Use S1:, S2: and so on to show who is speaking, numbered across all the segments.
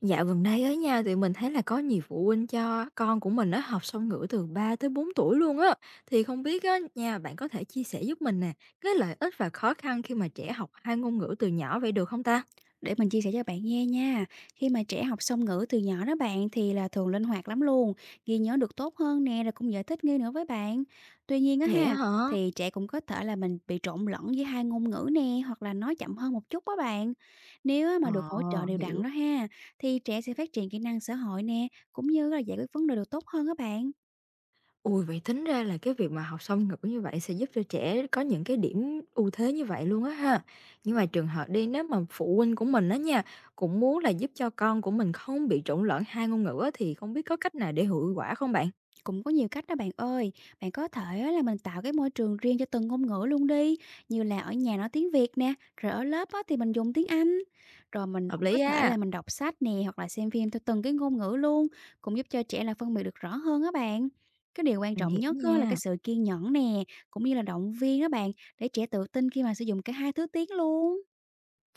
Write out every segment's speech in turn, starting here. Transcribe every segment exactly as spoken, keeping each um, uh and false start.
S1: Dạo gần đây ấy nha, thì mình thấy là có nhiều phụ huynh cho con của mình nó học song ngữ từ ba tới bốn tuổi luôn á. Thì không biết á nha, bạn có thể chia sẻ giúp mình nè, cái lợi ích và khó khăn khi mà trẻ học hai ngôn ngữ từ nhỏ vậy được không ta?
S2: Để mình chia sẻ cho bạn nghe nha. Khi mà trẻ học song ngữ từ nhỏ đó bạn thì là thường linh hoạt lắm luôn, ghi nhớ được tốt hơn nè rồi cũng dễ thích nghi nữa với bạn. Tuy nhiên á
S1: Vậy á
S2: ha,
S1: hả?
S2: thì trẻ cũng có thể là mình bị trộn lẫn với hai ngôn ngữ nè hoặc là nói chậm hơn một chút đó bạn. Nếu á
S1: Ờ,
S2: mà được hỗ trợ đều đặn
S1: hiểu.
S2: đó ha, thì trẻ sẽ phát triển kỹ năng xã hội nè cũng như là giải quyết vấn đề được tốt hơn các bạn.
S1: Ui, vậy tính ra là cái việc mà học song ngữ như vậy sẽ giúp cho trẻ có những cái điểm ưu thế như vậy luôn á ha. Nhưng mà trường hợp đi nếu mà phụ huynh của mình đó nha, cũng muốn là giúp cho con của mình không bị trộn lẫn hai ngôn ngữ á, thì không biết có cách nào để hiệu quả không bạn?
S2: Cũng có nhiều cách đó bạn ơi. Bạn có thể á là mình tạo cái môi trường riêng cho từng ngôn ngữ luôn đi, như là ở nhà nói tiếng Việt nè, rồi ở lớp á thì mình dùng tiếng Anh. Rồi mình
S1: Hợp
S2: cũng có
S1: lý
S2: thể
S1: á.
S2: là mình đọc sách nè hoặc là xem phim theo từng cái ngôn ngữ luôn, cũng giúp cho trẻ là phân biệt được rõ hơn á bạn. Cái điều quan
S1: Mình
S2: trọng
S1: hiểu
S2: nhất á là cái
S1: nha,
S2: sự kiên nhẫn nè, cũng như là động viên đó bạn, để trẻ tự tin khi mà sử dụng cả hai thứ tiếng luôn.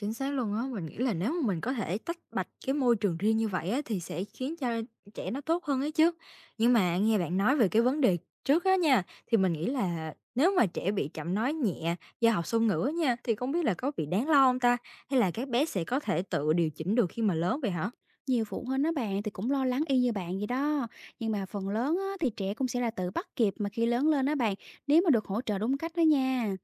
S1: chính xác luôn á. Mình nghĩ là nếu mà mình có thể tách bạch cái môi trường riêng như vậy á, thì sẽ khiến cho trẻ nó tốt hơn ấy chứ. Nhưng mà nghe bạn nói về cái vấn đề trước á nha, thì mình nghĩ là nếu mà trẻ bị chậm nói nhẹ do học song ngữ á nha, thì không biết là có bị đáng lo không ta? Hay là các bé sẽ có thể tự điều chỉnh được khi mà lớn vậy hả?
S2: Nhiều phụ huynh á bạn thì cũng lo lắng y như bạn vậy đó. Nhưng mà phần lớn á, thì trẻ cũng sẽ là tự bắt kịp mà khi lớn lên đó bạn, nếu mà được hỗ trợ đúng cách đó nha.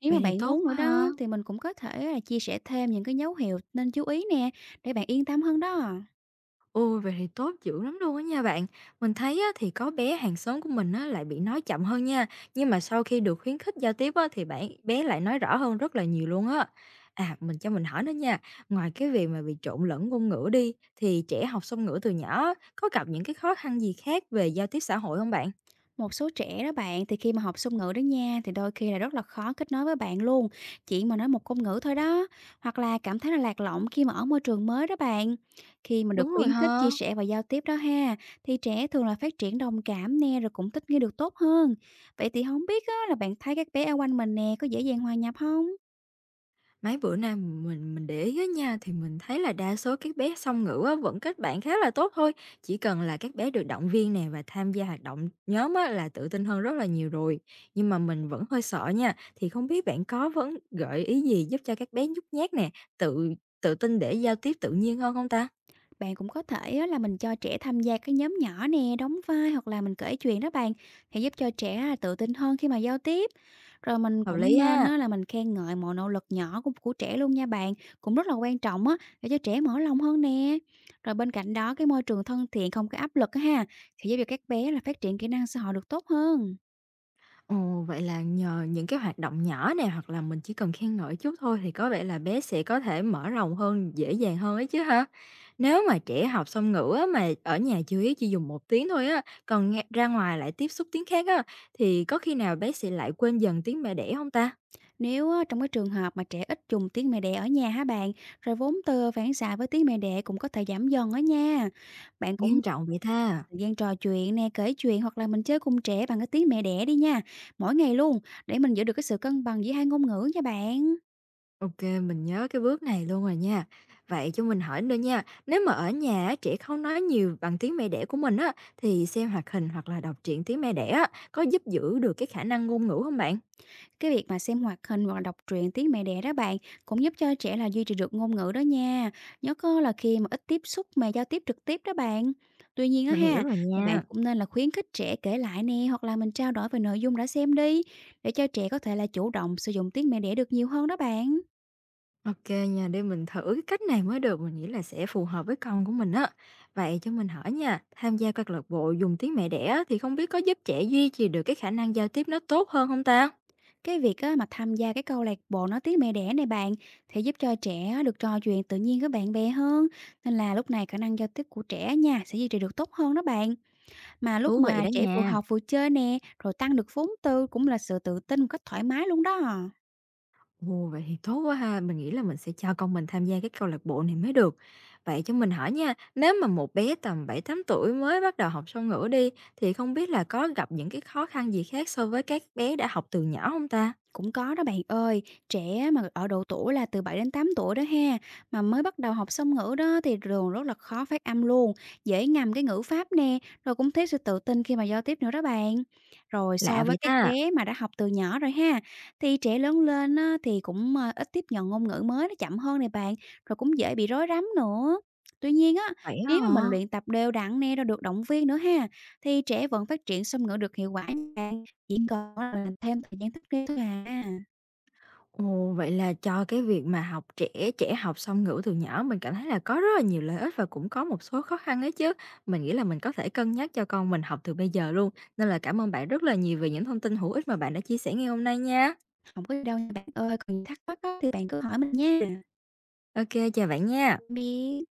S2: Nếu
S1: Vậy
S2: mà
S1: thì
S2: bạn
S1: tốt
S2: muốn
S1: quá
S2: nữa
S1: ha.
S2: đó thì mình cũng có thể là chia sẻ thêm những cái dấu hiệu nên chú ý nè, để bạn yên tâm hơn đó.
S1: Ôi, vậy thì tốt dữ lắm luôn á nha bạn. Mình thấy á, thì có bé hàng xóm của mình á, lại bị nói chậm hơn nha. Nhưng mà sau khi được khuyến khích giao tiếp á, thì bạn bé lại nói rõ hơn rất là nhiều luôn á. À, mình cho mình hỏi nữa nha. Ngoài cái việc mà bị trộn lẫn ngôn ngữ đi, thì trẻ học song ngữ từ nhỏ á, có gặp những cái khó khăn gì khác về giao tiếp xã hội không bạn?
S2: Một số trẻ đó bạn thì khi mà học song ngữ đó nha, thì đôi khi là rất là khó kết nối với bạn luôn, chỉ mà nói một ngôn ngữ thôi đó, hoặc là cảm thấy là lạc lõng khi mà ở môi trường mới đó bạn. Khi mà
S1: Đúng
S2: được
S1: rồi
S2: khuyến khích
S1: ha.
S2: chia sẻ và giao tiếp đó ha, thì trẻ thường là phát triển đồng cảm nè rồi cũng thích nghi được tốt hơn. Vậy thì không biết á, là bạn thấy các bé ở quanh mình nè có dễ dàng hòa nhập không?
S1: Mấy bữa nay mình mình để ý á nha, thì mình thấy là đa số các bé song ngữ á vẫn kết bạn khá là tốt thôi, chỉ cần là các bé được động viên nè và tham gia hoạt động nhóm á là tự tin hơn rất là nhiều rồi. Nhưng mà mình vẫn hơi sợ nha, thì không biết bạn có vẫn gợi ý gì giúp cho các bé nhút nhát nè, tự tự tin để giao tiếp tự nhiên hơn không ta?
S2: Bạn cũng có thể á, là mình cho trẻ tham gia cái nhóm nhỏ nè, đóng vai hoặc là mình kể chuyện đó bạn, thì giúp cho trẻ á, tự tin hơn khi mà giao tiếp. Rồi mình
S1: Hợp
S2: cũng
S1: lý
S2: nên
S1: á.
S2: á, là mình khen ngợi mọi nỗ lực nhỏ của, của trẻ luôn nha bạn, cũng rất là quan trọng á, để cho trẻ mở lòng hơn nè. Rồi bên cạnh đó, cái môi trường thân thiện không có áp lực á ha, thì giúp cho các bé là phát triển kỹ năng xã hội được tốt hơn.
S1: Ồ, vậy là nhờ những cái hoạt động nhỏ nè, hoặc là mình chỉ cần khen ngợi chút thôi thì có vẻ là bé sẽ có thể mở rộng hơn, dễ dàng hơn ấy chứ ha? Nếu mà trẻ học song ngữ á, mà ở nhà chủ chỉ dùng một tiếng thôi á, còn nghe ra ngoài lại tiếp xúc tiếng khác á, thì có khi nào bé sẽ lại quên dần tiếng mẹ đẻ không ta?
S2: Nếu á, trong cái trường hợp mà trẻ ít dùng tiếng mẹ đẻ ở nhà hả bạn, rồi vốn từ phản xạ với tiếng mẹ đẻ cũng có thể giảm dần đó nha. Bạn cũng
S1: Nghiêm trọng vậy ta?
S2: Thời gian trò chuyện nè, kể chuyện hoặc là mình chơi cùng trẻ bằng cái tiếng mẹ đẻ đi nha. Mỗi ngày luôn, để mình giữ được cái sự cân bằng giữa hai ngôn ngữ nha bạn.
S1: OK, mình nhớ cái bước này luôn rồi nha. Vậy cho mình hỏi nữa nha, nếu mà ở nhà á, trẻ không nói nhiều bằng tiếng mẹ đẻ của mình á, thì xem hoạt hình hoặc là đọc truyện tiếng mẹ đẻ á, có giúp giữ được cái khả năng ngôn ngữ không bạn?
S2: Cái việc mà xem hoạt hình hoặc là đọc truyện tiếng mẹ đẻ đó bạn, cũng giúp cho trẻ là duy trì được ngôn ngữ đó nha. Nhất á là khi mà ít tiếp xúc mà giao tiếp trực tiếp đó bạn. Tuy nhiên á
S1: Mình hiểu
S2: ha,
S1: rồi
S2: thì bạn
S1: nha.
S2: cũng nên là khuyến khích trẻ kể lại nè, hoặc là mình trao đổi về nội dung đã xem đi, để cho trẻ có thể là chủ động sử dụng tiếng mẹ đẻ được nhiều hơn đó bạn.
S1: OK, kê nha, để mình thử cái cách này mới được, mình nghĩ là sẽ phù hợp với con của mình á. Vậy cho mình hỏi nha, tham gia các câu lạc bộ dùng tiếng mẹ đẻ á, thì không biết có giúp trẻ duy trì được cái khả năng giao tiếp nó tốt hơn không ta?
S2: Cái việc á, mà tham gia cái câu lạc bộ nói tiếng mẹ đẻ này bạn, thì giúp cho trẻ á, được trò chuyện tự nhiên với bạn bè hơn, nên là lúc này khả năng giao tiếp của trẻ nha sẽ duy trì được tốt hơn đó bạn, mà lúc
S1: Thú vị
S2: mà
S1: đó
S2: trẻ vừa
S1: nha.
S2: học vừa chơi nè, rồi tăng được vốn từ cũng là sự tự tin một cách thoải mái luôn đó.
S1: Ồ, vậy thì tốt quá ha, mình nghĩ là mình sẽ cho con mình tham gia cái câu lạc bộ này mới được. Vậy cho mình hỏi nha, nếu mà một bé tầm bảy tám tuổi mới bắt đầu học song ngữ đi, thì không biết là có gặp những cái khó khăn gì khác so với các bé đã học từ nhỏ không ta?
S2: Cũng có đó bạn ơi, trẻ mà ở độ tuổi là từ bảy đến tám tuổi đó ha, mà mới bắt đầu học song ngữ đó thì thường rất là khó phát âm luôn, dễ ngầm cái ngữ pháp nè, rồi cũng thiếu sự tự tin khi mà giao tiếp nữa đó bạn. Rồi
S1: Lạ
S2: so với
S1: vậy
S2: các
S1: ta,
S2: bé mà đã học từ nhỏ rồi ha, thì trẻ lớn lên á, thì cũng ờ, ít tiếp nhận ngôn ngữ mới nó chậm hơn này bạn, rồi cũng dễ bị rối rắm nữa. Tuy nhiên á,
S1: vậy á
S2: nếu mà mình
S1: hả?
S2: luyện tập đều đặn nè rồi được động viên nữa ha, thì trẻ vẫn phát triển song ngữ được hiệu quả nha. Chỉ còn là thêm thời gian thích nghi thôi à.
S1: Ồ, vậy là cho cái việc mà học trẻ, trẻ học song ngữ từ nhỏ mình cảm thấy là có rất là nhiều lợi ích và cũng có một số khó khăn ấy chứ. Mình nghĩ là mình có thể cân nhắc cho con mình học từ bây giờ luôn. Nên là cảm ơn bạn rất là nhiều về những thông tin hữu ích mà bạn đã chia sẻ ngày hôm nay nha.
S2: Hổng có gì đâu nha bạn ơi, còn thắc mắc á thì bạn cứ hỏi mình nha.
S1: OK chào bạn nha.
S2: Tạm biệt.